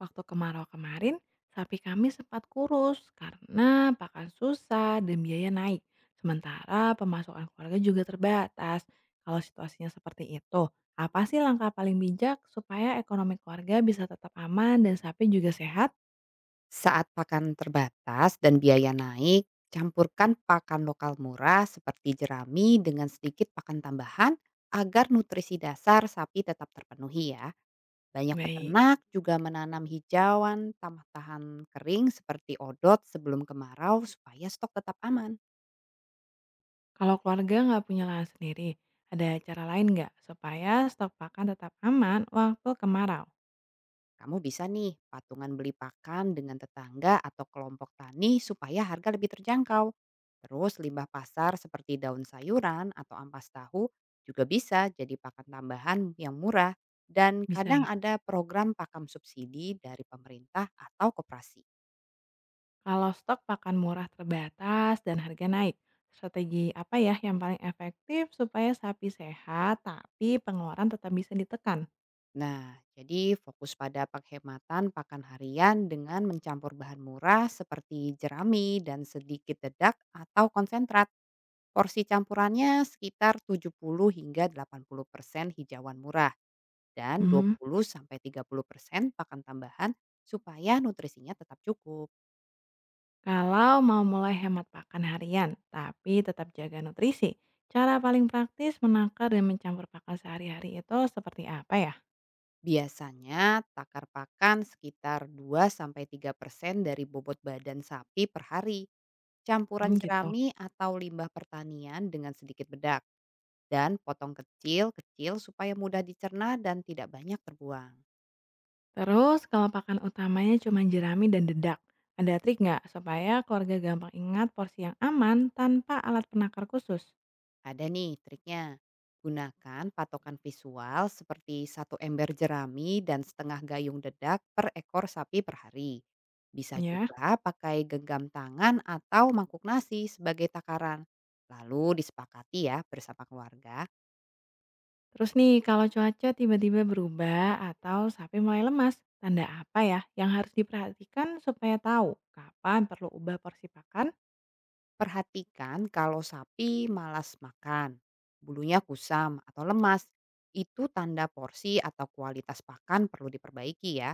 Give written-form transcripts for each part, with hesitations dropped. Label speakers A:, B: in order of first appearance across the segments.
A: Waktu kemarau kemarin, sapi kami sempat kurus karena pakan susah dan biaya naik. Sementara pemasukan keluarga juga terbatas. Kalau situasinya seperti itu, apa sih langkah paling bijak supaya ekonomi keluarga bisa tetap aman dan sapi juga sehat?
B: Saat pakan terbatas dan biaya naik, campurkan pakan lokal murah seperti jerami dengan sedikit pakan tambahan agar nutrisi dasar sapi tetap terpenuhi ya. Banyak
A: Baik,
B: peternak juga menanam hijauan tahan kering seperti odot sebelum kemarau supaya stok tetap aman.
A: kalau keluarga nggak punya lahan sendiri, ada cara lain nggak supaya stok pakan tetap aman waktu kemarau?
B: Kamu bisa nih patungan beli pakan dengan tetangga atau kelompok tani supaya harga lebih terjangkau. Terus limbah pasar seperti daun sayuran atau ampas tahu juga bisa jadi pakan tambahan yang murah, dan
A: Bisa
B: kadang
A: ya?
B: ada program pakan subsidi dari pemerintah atau koperasi.
A: Kalau stok pakan murah terbatas dan harga naik, strategi apa ya yang paling efektif supaya sapi sehat tapi pengeluaran tetap bisa ditekan?
B: Nah, jadi fokus pada penghematan pakan harian dengan mencampur bahan murah seperti jerami dan sedikit dedak atau konsentrat. Porsi campurannya sekitar 70 hingga 80% hijauan murah dan
A: Hmm,
B: 20 sampai 30% pakan tambahan supaya nutrisinya tetap cukup.
A: kalau mau mulai hemat pakan harian tapi tetap jaga nutrisi, cara paling praktis menakar dan mencampur pakan sehari-hari itu seperti apa ya?
B: Biasanya takar pakan sekitar 2 sampai 3% dari bobot badan sapi per hari,
A: Hmm,
B: campuran
A: gitu.
B: jerami atau limbah pertanian dengan sedikit bedak, dan potong kecil-kecil supaya mudah dicerna dan tidak banyak terbuang.
A: Terus kalau pakan utamanya cuma jerami dan dedak, ada trik nggak supaya keluarga gampang ingat porsi yang aman tanpa alat penakar khusus?
B: Ada nih triknya. Gunakan patokan visual seperti satu ember jerami dan setengah gayung dedak per ekor sapi per hari. Bisa
A: Ya.
B: juga pakai genggam tangan atau mangkuk nasi sebagai takaran. Lalu disepakati ya bersama keluarga,
A: Terus nih, kalau cuaca tiba-tiba berubah atau sapi mulai lemas, tanda apa ya yang harus diperhatikan supaya tahu kapan perlu ubah porsi pakan?
B: perhatikan kalau sapi malas makan, bulunya kusam atau lemas. Itu tanda porsi atau kualitas pakan perlu diperbaiki ya.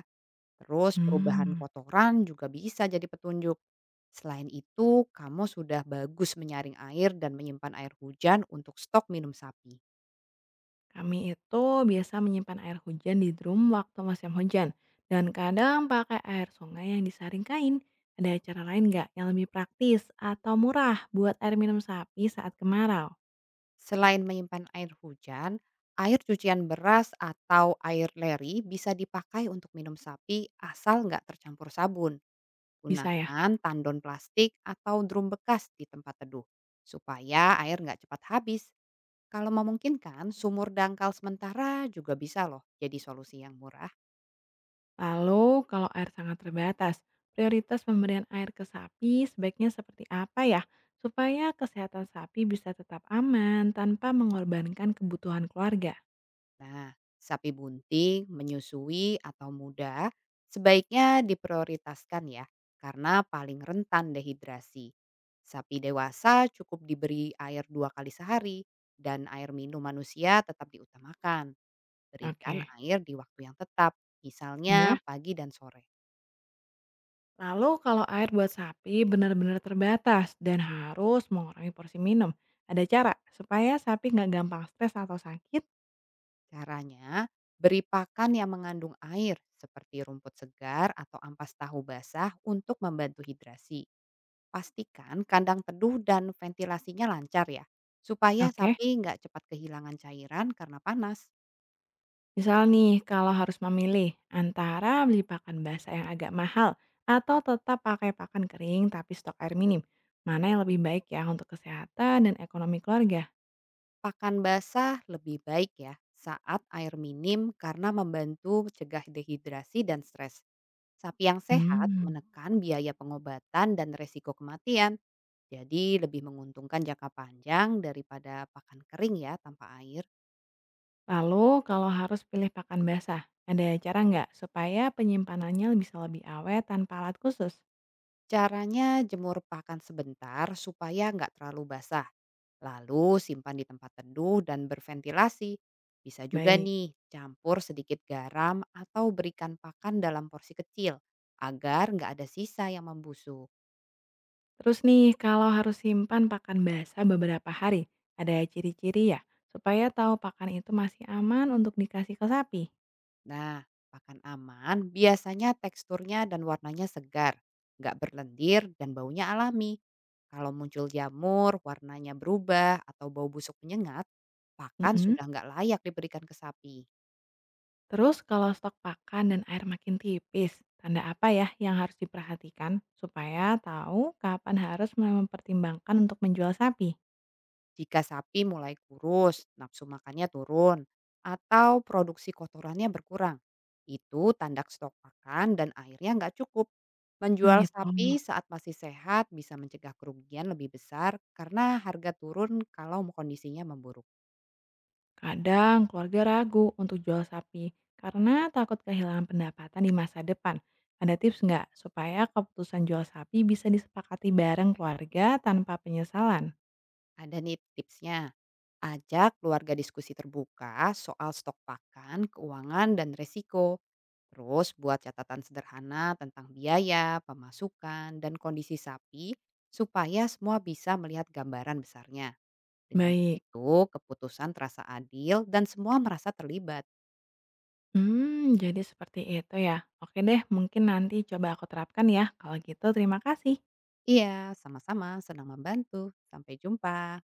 B: Terus perubahan
A: Hmm.
B: kotoran juga bisa jadi petunjuk. Selain itu, kamu sudah bagus menyaring air dan menyimpan air hujan untuk stok minum sapi.
A: Kami itu biasa menyimpan air hujan di drum waktu musim hujan dan kadang pakai air sungai yang disaring kain. Ada cara lain nggak yang lebih praktis atau murah buat air minum sapi saat kemarau?
B: Selain menyimpan air hujan, air cucian beras atau air leri bisa dipakai untuk minum sapi asal nggak tercampur sabun.
A: Bisa ya.
B: Gunakan tandon plastik atau drum bekas di tempat teduh supaya air nggak cepat habis. Kalau memungkinkan, sumur dangkal sementara juga bisa loh jadi solusi yang murah.
A: Lalu, kalau air sangat terbatas, prioritas pemberian air ke sapi sebaiknya seperti apa ya? Supaya kesehatan sapi bisa tetap aman tanpa mengorbankan kebutuhan keluarga.
B: Nah, sapi bunting, menyusui, atau muda sebaiknya diprioritaskan ya, karena paling rentan dehidrasi. Sapi dewasa cukup diberi air dua kali sehari, dan air minum manusia tetap diutamakan. Berikan
A: Oke.
B: air di waktu yang tetap,
A: Ya.
B: misalnya pagi dan sore.
A: Lalu kalau air buat sapi benar-benar terbatas dan harus mengurangi porsi minum, ada cara supaya sapi nggak gampang stres atau sakit?
B: Caranya, beri pakan yang mengandung air seperti rumput segar atau ampas tahu basah untuk membantu hidrasi. Pastikan kandang teduh dan ventilasinya lancar ya, supaya
A: Oke.
B: sapi nggak cepat kehilangan cairan karena panas.
A: Misal nih, kalau harus memilih antara beli pakan basah yang agak mahal atau tetap pakai pakan kering tapi stok air minim, mana yang lebih baik ya untuk kesehatan dan ekonomi keluarga?
B: Pakan basah lebih baik ya saat air minim karena membantu cegah dehidrasi dan stres. Sapi yang sehat
A: Hmm.
B: menekan biaya pengobatan dan resiko kematian, jadi lebih menguntungkan jangka panjang daripada pakan kering ya tanpa air.
A: Lalu kalau harus pilih pakan basah, ada cara nggak supaya penyimpanannya bisa lebih awet tanpa alat khusus?
B: Caranya, jemur pakan sebentar supaya nggak terlalu basah. Lalu simpan di tempat teduh dan berventilasi. Bisa juga
A: Baik.
B: nih campur sedikit garam atau berikan pakan dalam porsi kecil agar nggak ada sisa yang membusuk.
A: Terus nih, kalau harus simpan pakan basah beberapa hari, ada ciri-ciri ya supaya tahu pakan itu masih aman untuk dikasih ke sapi?
B: Nah, pakan aman biasanya teksturnya dan warnanya segar, nggak berlendir dan baunya alami. Kalau muncul jamur, warnanya berubah atau bau busuk menyengat, pakan
A: Mm.
B: sudah nggak layak diberikan ke sapi.
A: Terus kalau stok pakan dan air makin tipis, tanda apa ya yang harus diperhatikan supaya tahu kapan harus mulai mempertimbangkan untuk menjual sapi?
B: Jika sapi mulai kurus, nafsu makannya turun, atau produksi kotorannya berkurang. Itu tanda stok makan dan airnya nggak cukup. Menjual
A: Begitu.
B: sapi saat masih sehat bisa mencegah kerugian lebih besar karena harga turun kalau kondisinya memburuk.
A: Kadang keluarga ragu untuk jual sapi karena takut kehilangan pendapatan di masa depan. Ada tips nggak supaya keputusan jual sapi bisa disepakati bareng keluarga tanpa penyesalan?
B: Ada nih tipsnya, ajak keluarga diskusi terbuka soal stok pakan, keuangan, dan resiko. Terus buat catatan sederhana tentang biaya, pemasukan, dan kondisi sapi supaya semua bisa melihat gambaran besarnya. Dengan
A: Baik.
B: begitu keputusan terasa adil dan semua merasa terlibat.
A: Hmm, jadi seperti itu ya. Oke deh, mungkin nanti coba aku terapkan ya. Kalau gitu, terima kasih.
B: Iya, sama-sama senang membantu. Sampai jumpa.